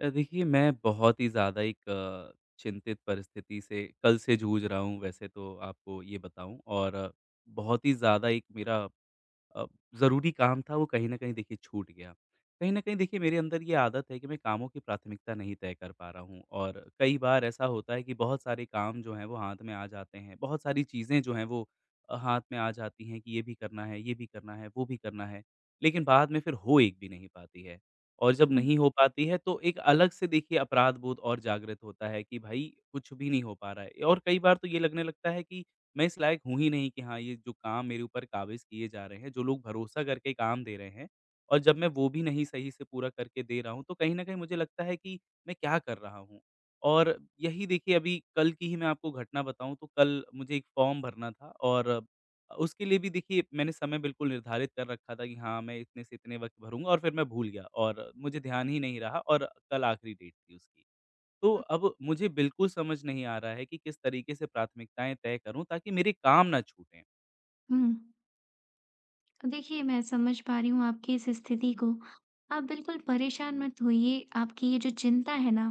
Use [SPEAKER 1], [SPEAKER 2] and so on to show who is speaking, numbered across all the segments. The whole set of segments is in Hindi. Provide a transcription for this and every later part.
[SPEAKER 1] देखिए, मैं बहुत ही ज़्यादा एक चिंतित परिस्थिति से कल से जूझ रहा हूँ। वैसे तो आपको ये बताऊँ, और बहुत ही ज़्यादा एक मेरा अ, ज़रूरी काम था, वो कहीं न कहीं देखिए छूट गया। कहीं न कहीं देखिए मेरे अंदर ये आदत है कि मैं कामों की प्राथमिकता नहीं तय कर पा रहा हूँ, और कई बार ऐसा होता है कि बहुत सारे काम जो हैं वो हाथ में आ जाते हैं, बहुत सारी चीज़ें जो हैं वो हाथ में आ जाती हैं कि ये भी करना है, ये भी करना है, वो भी करना है। लेकिन बाद में फिर हो एक भी नहीं पाती है, और जब
[SPEAKER 2] हुँ,
[SPEAKER 1] नहीं हो पाती है तो एक अलग से देखिए अपराध बोध और जागृत होता है कि भाई कुछ भी नहीं हो पा रहा है। और कई बार तो ये लगने लगता है कि मैं इस लायक हूँ ही नहीं कि हाँ, ये जो काम मेरे ऊपर काबिज़ किए जा रहे हैं, जो लोग भरोसा करके काम दे रहे हैं, और जब मैं वो भी नहीं सही से पूरा करके दे रहा हूँ, तो कहीं न कहीं मुझे लगता है कि मैं क्या कर रहा हूँ? और यही देखिए अभी कल की ही मैं आपको घटना बताऊँ, तो कल मुझे एक फ़ॉर्म भरना था, और उसके लिए भी देखिए मैंने समय बिल्कुल निर्धारित कर रखा था कि हाँ, मैं इतने से इतने वक़्त भरूँगा, और फिर मैं भूल गया और मुझे ध्यान ही नहीं रहा, और कल आखिरी डेट थी उसकी। तो अब मुझे बिल्कुल समझ नहीं आ रहा है कि किस तरीके से प्राथमिकताएँ तय करूँ ताकि मेरे काम ना छूटें।
[SPEAKER 2] हुँ। देखिए, मैं समझ पा रही हूँ आपकी इस स्थिति को। आप बिल्कुल परेशान मत होइए। आपकी ये जो चिंता है ना,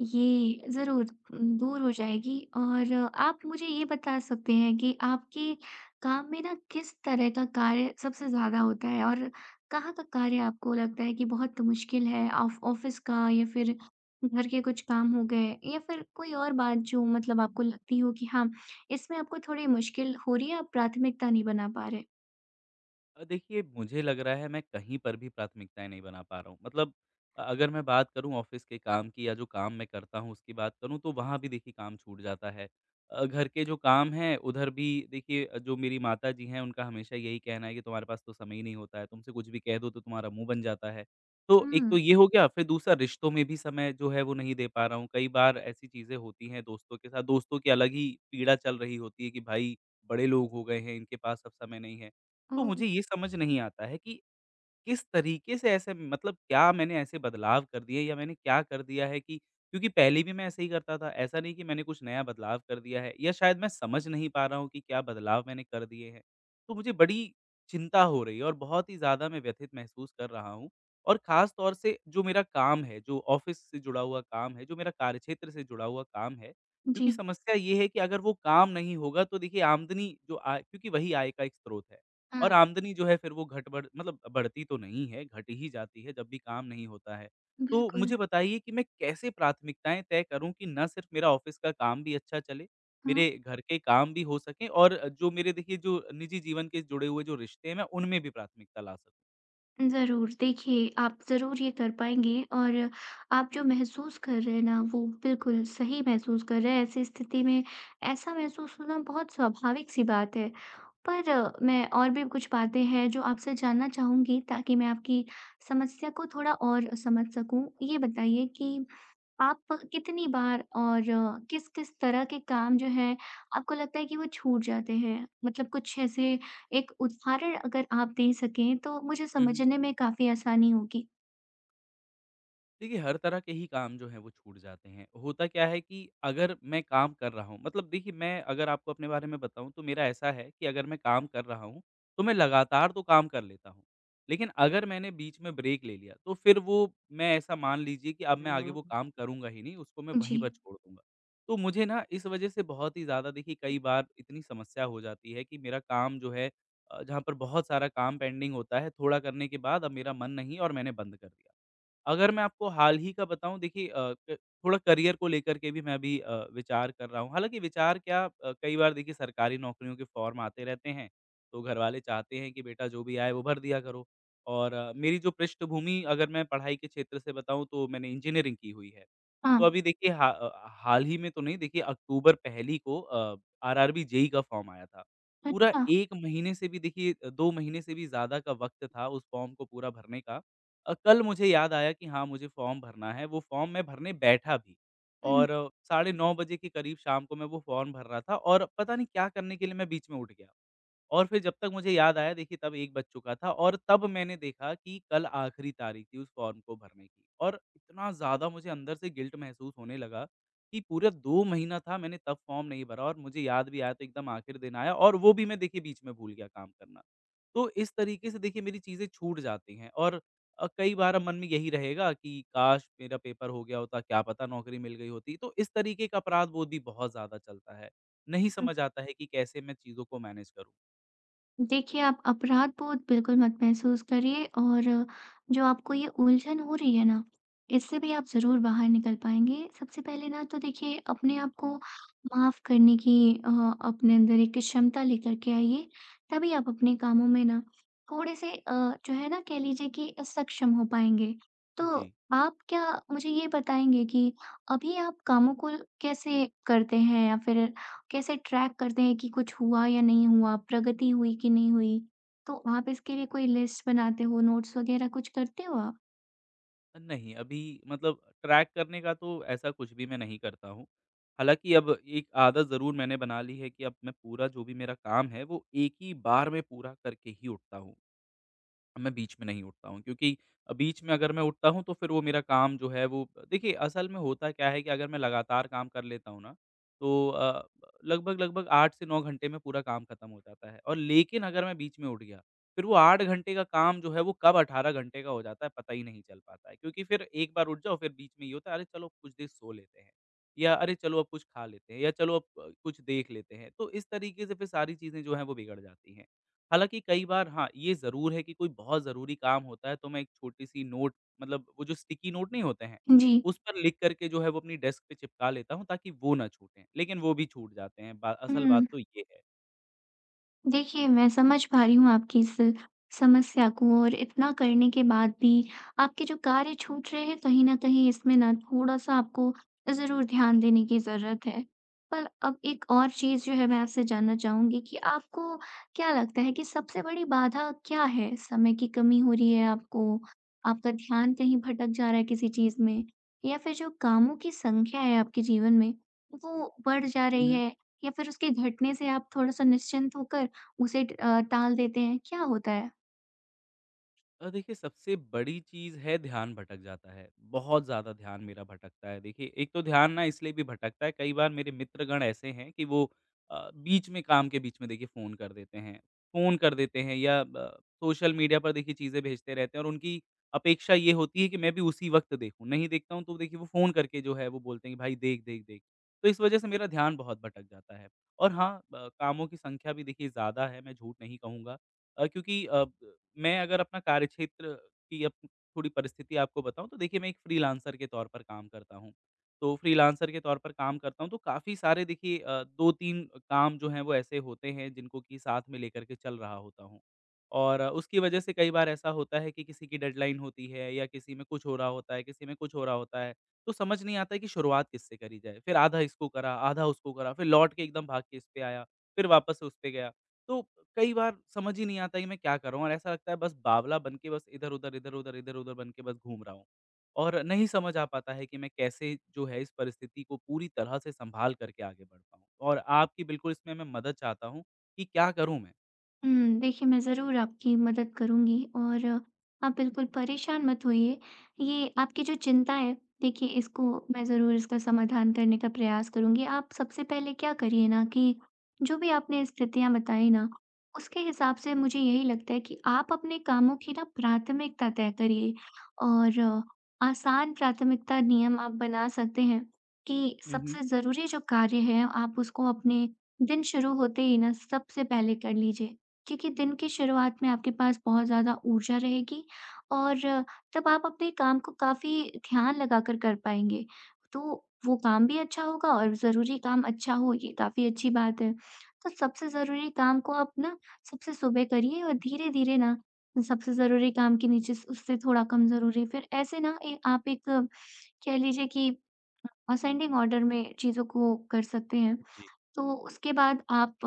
[SPEAKER 2] ये ज़रूर दूर हो जाएगी। और आप मुझे ये बता सकते हैं कि आपके काम में ना किस तरह का कार्य सबसे ज़्यादा होता है और कहाँ का कार्य आपको लगता है कि बहुत मुश्किल है, ऑफ ऑफिस का या फिर घर के कुछ काम हो गए, या फिर कोई और बात जो मतलब आपको लगती हो कि हाँ, इसमें आपको थोड़ी मुश्किल हो रही है, आप प्राथमिकता नहीं बना पा रहे।
[SPEAKER 1] देखिए, मुझे लग रहा है मैं कहीं पर भी प्राथमिकताएँ नहीं बना पा रहा हूँ। मतलब अगर मैं बात करूँ ऑफ़िस के काम की, या जो काम मैं करता हूँ उसकी बात करूँ, तो वहाँ भी देखिए काम छूट जाता है। घर के जो काम हैं उधर भी देखिए जो मेरी माताजी हैं उनका हमेशा यही कहना है कि तुम्हारे पास तो समय ही नहीं होता है, तुमसे कुछ भी कह दो तो तुम्हारा मुँह बन जाता है। तो एक
[SPEAKER 2] हुँ,
[SPEAKER 1] तो ये हो गया, फिर दूसरा रिश्तों में भी समय जो है वो नहीं दे पा रहा हूँ। कई बार ऐसी चीज़ें होती हैं दोस्तों के साथ, दोस्तों की अलग ही पीड़ा चल रही होती है कि भाई बड़े लोग हो गए हैं, इनके पास अब समय नहीं है। तो
[SPEAKER 2] ओह!
[SPEAKER 1] मुझे ये समझ नहीं आता है कि किस तरीके से ऐसे, मतलब क्या मैंने ऐसे बदलाव कर दिए, या मैंने क्या कर दिया है कि, क्योंकि पहले भी मैं ऐसे ही करता था। ऐसा नहीं कि मैंने कुछ नया बदलाव कर दिया है, या शायद मैं समझ नहीं पा रहा हूँ कि क्या बदलाव मैंने कर दिए हैं। तो मुझे बड़ी चिंता हो रही है, और बहुत ही ज़्यादा मैं व्यथित महसूस कर रहा हूँ, और ख़ास तौर से जो मेरा काम है, जो ऑफ़िस से जुड़ा हुआ काम है, जो मेरा कार्यक्षेत्र से जुड़ा हुआ काम है।
[SPEAKER 2] जी,
[SPEAKER 1] क्योंकि समस्या ये है कि अगर वो काम नहीं होगा तो देखिए आमदनी जो आय, क्योंकि वही आय का एक स्रोत है। और
[SPEAKER 2] हाँ।
[SPEAKER 1] आमदनी जो है फिर वो घट बढ़, मतलब बढ़ती तो नहीं है, घट ही जाती है जब भी काम नहीं होता है। तो
[SPEAKER 2] बिल्कुल।
[SPEAKER 1] मुझे बताइए कि मैं कैसे प्राथमिकताएँ तय करूँ कि ना सिर्फ़ मेरा ऑफ़िस का काम भी अच्छा चले,
[SPEAKER 2] हुँ।
[SPEAKER 1] मेरे घर के काम भी हो सकें, और जो मेरे देखिए जो निजी जीवन के जुड़े हुए जो रिश्ते हैं, मैं उनमें भी प्राथमिकता ला सकूँ?
[SPEAKER 2] ज़रूर। देखिए, आप ज़रूर ये कर पाएँगे। और आप जो महसूस कर रहे हैं ना, वो बिल्कुल सही महसूस कर रहे हैं। ऐसी स्थिति में ऐसा महसूस होना बहुत स्वाभाविक-सी बात है। पर मैं और भी कुछ बातें हैं जो आपसे जानना चाहूँगी, ताकि मैं आपकी समस्या को थोड़ा और समझ सकूँ। ये बताइए कि आप कितनी बार और किस-किस तरह के काम जो है आपको लगता है कि वो छूट जाते हैं? मतलब कुछ ऐसे एक उदाहरण अगर आप दे सकें तो मुझे समझने में काफ़ी आसानी होगी।
[SPEAKER 1] देखिए, हर तरह के ही काम जो हैं वो छूट जाते हैं। होता क्या है कि अगर मैं काम कर रहा हूँ, मतलब देखिए मैं अगर आपको अपने बारे में बताऊँ, तो मेरा ऐसा है कि अगर मैं काम कर रहा हूँ, तो मैं लगातार तो काम कर लेता हूँ। लेकिन अगर मैंने बीच में ब्रेक ले लिया, तो फिर वो, मैं ऐसा मान लीजिए कि अब मैं आगे वो काम करूँगा ही नहीं, उसको मैं
[SPEAKER 2] जी।
[SPEAKER 1] वहीं पर छोड़ दूँगा। तो मुझे ना इस वज़ह से बहुत ही ज़्यादा देखिए कई बार इतनी समस्या हो जाती है कि मेरा काम जो है, जहाँ पर बहुत सारा काम पेंडिंग होता है, थोड़ा करने के बाद अब मेरा मन नहीं, और मैंने बंद कर दिया। अगर मैं आपको हाल ही का बताऊँ देखिए, अ, क थोड़ा करियर को लेकर के भी मैं अभी विचार कर रहा हूँ। हालाँकि विचार क्या, कई बार देखिए सरकारी नौकरियों के फ़ॉर्म आते रहते हैं, तो घरवाले चाहते हैं कि बेटा जो भी आए वो भर दिया करो। और मेरी जो पृष्ठभूमि अगर मैं पढ़ाई के क्षेत्र से बताऊँ, तो मैंने इंजीनियरिंग की हुई है।
[SPEAKER 2] हाँ,
[SPEAKER 1] तो अभी देखिए हाल ही में तो नहीं, देखिए अक्टूबर पहली को आरआरबी जेईई का फ़ॉर्म आया था। पूरा
[SPEAKER 2] अच्छा।
[SPEAKER 1] 1 महीने से भी देखिए, 2 महीने से भी ज़्यादा का वक़्त था उस फ़ॉर्म को पूरा भरने का। कल मुझे याद आया कि हाँ, मुझे फ़ॉर्म भरना है, वो फ़ॉर्म मैं भरने बैठा भी,
[SPEAKER 2] हुँ।
[SPEAKER 1] और साढ़े 9 बजे के करीब शाम को मैं वो फ़ॉर्म भर रहा था, और पता नहीं क्या करने के लिए मैं बीच में उठ गया। और फिर जब तक मुझे याद आया देखिए, तब 1 बज चुका था, और तब मैंने देखा कि कल आखिरी तारीख थी उस फॉर्म को भरने की, और इतना ज़्यादा मुझे अंदर से गिल्ट महसूस होने लगा कि पूरा 2 महीना था, मैंने तब फॉर्म नहीं भरा, और मुझे याद भी आया तो एकदम आखिर दिन आया, और वो भी मैं देखिए बीच में भूल गया काम करना। तो इस तरीके से देखिए मेरी चीज़ें छूट जाती हैं, और कई बार मन में यही रहेगा कि काश मेरा पेपर हो गया होता, क्या पता नौकरी मिल गई होती। तो इस तरीके का अपराध बोध भी बहुत ज़्यादा चलता है। नहीं समझ आता है कि कैसे मैं चीज़ों को मैनेज करूँ।
[SPEAKER 2] देखिए, आप अपराध-बोध बिल्कुल मत महसूस करिए। और जो आपको ये उलझन हो रही है ना, इससे भी आप ज़रूर बाहर निकल पाएँगे। सबसे पहले ना तो देखिए अपने आप को माफ़ करने की, अपने अंदर एक क्षमता लेकर के आइए, तभी आप अपने कामों में ना थोड़े-से जो है ना कह लीजिए कि सक्षम हो पाएँगे। तो
[SPEAKER 1] जी।
[SPEAKER 2] आप क्या मुझे ये बताएँगे कि अभी आप कामों को कैसे करते हैं, या फिर कैसे ट्रैक करते हैं कि कुछ हुआ या नहीं हुआ, प्रगति हुई कि नहीं हुई? तो आप इसके लिए कोई लिस्ट बनाते हो, नोट्स वगैरह कुछ करते हो आप?
[SPEAKER 1] नहीं, अभी मतलब ट्रैक करने का तो ऐसा कुछ भी मैं नहीं करता हूँ। हालाँकि अब एक आदत ज़रूर मैंने बना ली है कि अब मैं पूरा जो भी मेरा काम है, वो एक ही बार में पूरा करके ही उठता हूँ। मैं बीच में नहीं उठता हूँ, क्योंकि बीच में अगर मैं उठता हूँ, तो फिर वो मेरा काम जो है, वो देखिए असल में होता क्या है कि अगर मैं लगातार काम कर लेता हूँ ना, तो लगभग लगभग 8 से 9 घंटे में पूरा काम खत्म हो जाता है, और लेकिन अगर मैं बीच में उठ गया, फिर वो 8 घंटे का काम जो है वो कब 18 घंटे का हो जाता है पता ही नहीं चल पाता है, क्योंकि फिर एक बार उठ जाओ, फिर बीच में ये होता है अरे चलो कुछ देर सो लेते हैं, या अरे चलो अब कुछ खा लेते हैं, या चलो अब कुछ देख लेते हैं, तो इस तरीके से फिर सारी चीज़ें जो हैं वो बिगड़ जाती हैं। हालाँकि कई बार हाँ, ये ज़रूर है कि कोई बहुत ज़रूरी काम होता है, तो मैं एक छोटी-सी नोट, मतलब वो जो स्टिकी नोट नहीं होते हैं,
[SPEAKER 2] जी।
[SPEAKER 1] उस पर लिख कर के जो है वो अपनी डेस्क पे चिपका लेता हूँ ताकि वो ना छूटें, लेकिन वो भी छूट जाते हैं, बा असल
[SPEAKER 2] हुँ।
[SPEAKER 1] बात तो ये
[SPEAKER 2] देखिए, मैं समझ पा रही हूँ आपकी इस समस्या को। और इतना करने के बाद भी आपके जो कार्य छूट रहे हैं, कहीं न कहीं इसमें ना थोड़ा-सा आपको ज़रूर ध्यान देने की ज़रूरत है। पर अब एक और चीज़ जो है मैं आपसे जानना चाहूँगी, कि आपको क्या लगता है कि सबसे बड़ी बाधा क्या है? समय की कमी हो रही है आपको, आपका ध्यान कहीं भटक जा रहा है किसी चीज़ में, या फिर जो कामों की संख्या है आपके जीवन में, वो बढ़ जा रही
[SPEAKER 1] है।
[SPEAKER 2] है, या फिर उसके घटने से आप थोड़ा-सा निश्चिंत होकर उसे टाल देते हैं, क्या होता है?
[SPEAKER 1] देखिए, सबसे बड़ी चीज़ है ध्यान भटक जाता है। बहुत ज़्यादा ध्यान मेरा भटकता है। देखिए एक तो ध्यान ना इसलिए भी भटकता है, कई बार मेरे मित्रगण ऐसे हैं कि वो बीच में काम के बीच में देखिए फ़ोन कर देते हैं। फ़ोन कर देते हैं, या सोशल मीडिया पर देखिए चीज़ें भेजते रहते हैं, और उनकी अपेक्षा ये होती है कि मैं भी उसी वक़्त देखूँ। नहीं देखता हूँ तो देखिए वो फ़ोन करके जो है वो बोलते हैं कि भाई देख, देख, देख। तो इस वज़ह से मेरा ध्यान बहुत भटक जाता है। और हाँ, कामों की संख्या भी देखिए ज़्यादा है, मैं झूठ नहीं कहूँगा। क्योंकि अ, ब मैं अगर अपना कार्यक्षेत्र की अप थोड़ी परिस्थिति आपको बताऊँ, तो देखिए मैं एक फ्रीलांसर के तौर पर काम करता हूँ। तो फ्रीलांसर के तौर पर काम करता हूँ, तो काफ़ी सारे देखिए 2-3 काम जो हैं वो ऐसे होते हैं जिनको कि साथ में लेकर के चल रहा होता हूँ। और उसकी वजह से कई बार ऐसा होता है कि किसी की डेडलाइन होती है, या किसी में कुछ हो रहा होता है, किसी में कुछ हो रहा होता है। तो समझ नहीं आता है कि शुरुआत किससे करी जाए? फिर आधा इसको करा, आधा उसको करा, फिर लौट के एकदम भाग के इस पे आया, फिर वापस उस पे गया। तो कई बार समझ ही नहीं आता कि मैं क्या कर रहा हूँ, और ऐसा लगता है बस बावला बन के बस इधर-उधर, इधर-उधर, इधर-उधर बन के बस घूम रहा हूँ। और नहीं समझ आ पाता है कि मैं कैसे जो है इस परिस्थिति को पूरी तरह से सँभाल करके आगे बढ़ पाऊँ। और आपकी बिल्कुल इसमें मैं मदद चाहता हूँ कि क्या करूँ मैं?
[SPEAKER 2] हुँ, देखिए मैं ज़रूर आपकी मदद करूँगी। और आप बिल्कुल परेशान मत होइए। ये आपकी जो चिंता है, देखिए इसको मैं ज़रूर इसका समाधान करने का प्रयास करूँगी। आप सबसे पहले क्या करिए ना कि जो भी आपने स्थितियाँ बताई ना, उसके हिसाब से मुझे यही लगता है कि आप अपने कामों की ना प्राथमिकता तय करिए। और आसान प्राथमिकता नियम आप बना सकते हैं कि
[SPEAKER 1] हुँ, हुँ।
[SPEAKER 2] सबसे ज़रूरी जो कार्य है आप उसको अपने दिन शुरू होते ही ना सबसे पहले कर लीजिए। क्योंकि दिन की शुरुआत में आपके पास बहुत ज़्यादा ऊर्जा रहेगी और तब आप अपने काम को काफ़ी ध्यान लगाकर कर पाएँगे। तो वो काम भी अच्छा होगा, और ज़रूरी काम अच्छा हो ये काफ़ी अच्छी बात है। तो सबसे ज़रूरी काम को आप ना सबसे सुबह करिए, और धीरे-धीरे ना सबसे ज़रूरी काम के नीचे स उससे थोड़ा कम ज़रूरी, फिर ऐसे ना ए आप एक कह लीजिए कि असेंडिंग ऑर्डर में चीज़ों को कर सकते हैं।
[SPEAKER 1] जी।
[SPEAKER 2] तो उसके बाद आप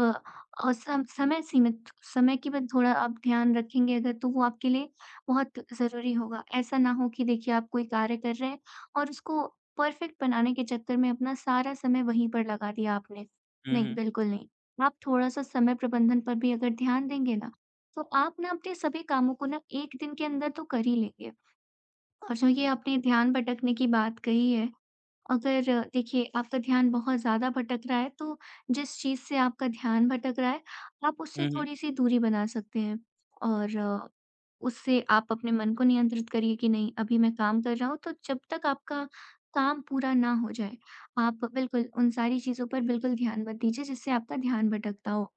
[SPEAKER 2] अ, सम समय सीमित, समय की भी थोड़ा आप ध्यान रखेंगे अगर, तो वो आपके लिए बहुत ज़रूरी होगा। ऐसा ना हो कि देखिए आप कोई कार्य कर रहे हैं और उसको परफेक्ट बनाने के चक्कर में अपना सारा समय वहीं पर लगा दिया आपने।
[SPEAKER 1] हुँ,
[SPEAKER 2] नहीं,
[SPEAKER 1] हुँ।
[SPEAKER 2] बिल्कुल नहीं। आप थोड़ा-सा समय प्रबंधन पर भी अगर ध्यान देंगे ना, तो आप ना अपने सभी कामों को ना 1 दिन के अंदर तो कर ही लेंगे। और जो ये आपने ध्यान भटकने की बात कही है, अगर देखिए आपका ध्यान बहुत ज़्यादा भटक रहा है, तो जिस चीज़ से आपका ध्यान भटक रहा है आप उससे
[SPEAKER 1] हुँ, हुँ।
[SPEAKER 2] थोड़ी-सी दूरी बना सकते हैं। और उससे आप अपने मन को नियंत्रित करिए कि नहीं, अभी मैं काम कर रहा हूँ, तो जब तक आपका काम पूरा ना हो जाए, आप बिल्कुल उन सारी चीज़ों पर बिल्कुल ध्यान मत दीजिए जिससे आपका ध्यान भटकता हो।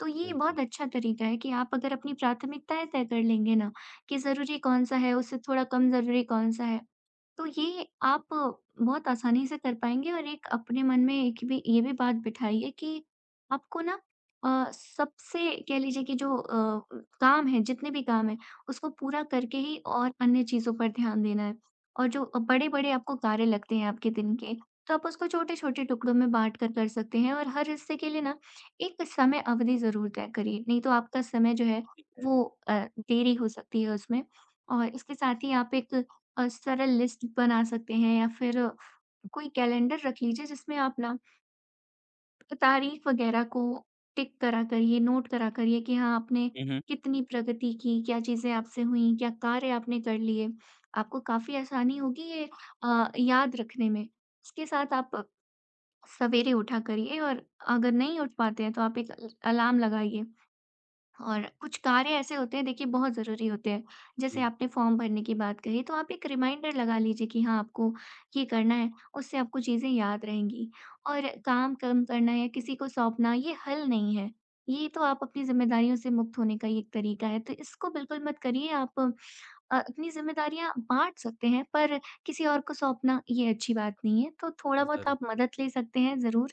[SPEAKER 2] तो ये
[SPEAKER 1] बिल्कुल,
[SPEAKER 2] बहुत अच्छा तरीका है कि आप अगर अपनी प्राथमिकताएँ तय कर लेंगे ना, कि ज़रूरी कौन-सा है, उससे थोड़ा कम ज़रूरी कौन-सा है, तो ये आप बहुत आसानी से कर पाएँगे। और एक अपने मन में एक भी ये भी बात बिठाइए कि आपको ना सबसे कह लीजिए कि जो काम है, जितने भी काम हैं, उसको पूरा करके ही और अन्य चीज़ों पर ध्यान देना है। और जो बड़े-बड़े आपको कार्य लगते हैं आपके दिन के, तो आप उसको छोटे-छोटे टुकड़ों में बाँट कर कर सकते हैं, और हर हिस्से के लिए ना एक समय अवधि ज़रूर तय करिए, नहीं तो आपका समय जो है
[SPEAKER 1] ठीक है।
[SPEAKER 2] वो अ, देरी हो सकती है उसमें। और इसके साथ ही आप एक सरल लिस्ट बना सकते हैं, या फिर कोई कैलेंडर रख लीजिए जिसमें आप ना तारीख वगैरह को टिक करा करिए, नोट करा करिए कि हाँ, आपने
[SPEAKER 1] हुँ, हुँ।
[SPEAKER 2] कितनी प्रगति की, क्या चीज़ें आपसे हुईं, क्या कार्य आपने कर लिए। आपको काफ़ी आसानी होगी ये याद रखने में। इसके साथ आप सवेरे उठा करिए, और अगर नहीं उठ पाते हैं तो आप एक अल अलार्म लगाइए। और कुछ कार्य ऐसे होते हैं देखिए, बहुत ज़रूरी होते हैं। जैसे
[SPEAKER 1] जी,
[SPEAKER 2] आपने फॉर्म भरने की बात कही, तो आप एक रिमाइंडर लगा लीजिए कि हाँ, आपको ये करना है, उससे आपको चीज़ें याद रहेंगी। और काम कम करना या किसी को सौंपना ये हल नहीं है, ये तो आप अपनी ज़िम्मेदारियों से मुक्त होने का ही एक तरीका है। तो इसको बिल्कुल मत करिए आप। अपनी ज़िम्मेदारियाँ बाँट सकते हैं पर किसी और को सौंपना ये अच्छी बात नहीं है। तो थोड़ा-बहुत
[SPEAKER 1] ज़रूर।
[SPEAKER 2] आप मदद ले सकते हैं ज़रूर,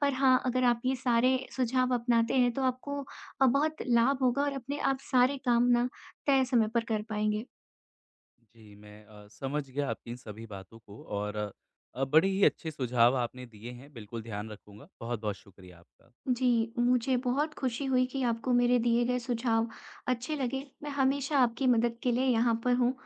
[SPEAKER 2] पर हाँ, अगर आप ये सारे सुझाव अपनाते हैं तो आपको बहुत लाभ होगा और अपने आप सारे काम ना तय समय पर कर पाएँगे।
[SPEAKER 1] जी, मैं समझ गया आपकी इन सभी बातों को, और बड़े ही अच्छे सुझाव आपने दिए हैं, बिल्कुल ध्यान रखूँगा। बहुत-बहुत शुक्रिया आपका।
[SPEAKER 2] जी, मुझे बहुत खुशी हुई कि आपको मेरे दिए गए सुझाव अच्छे लगे। मैं हमेशा आपकी मदद के लिए यहाँ पर हूँ।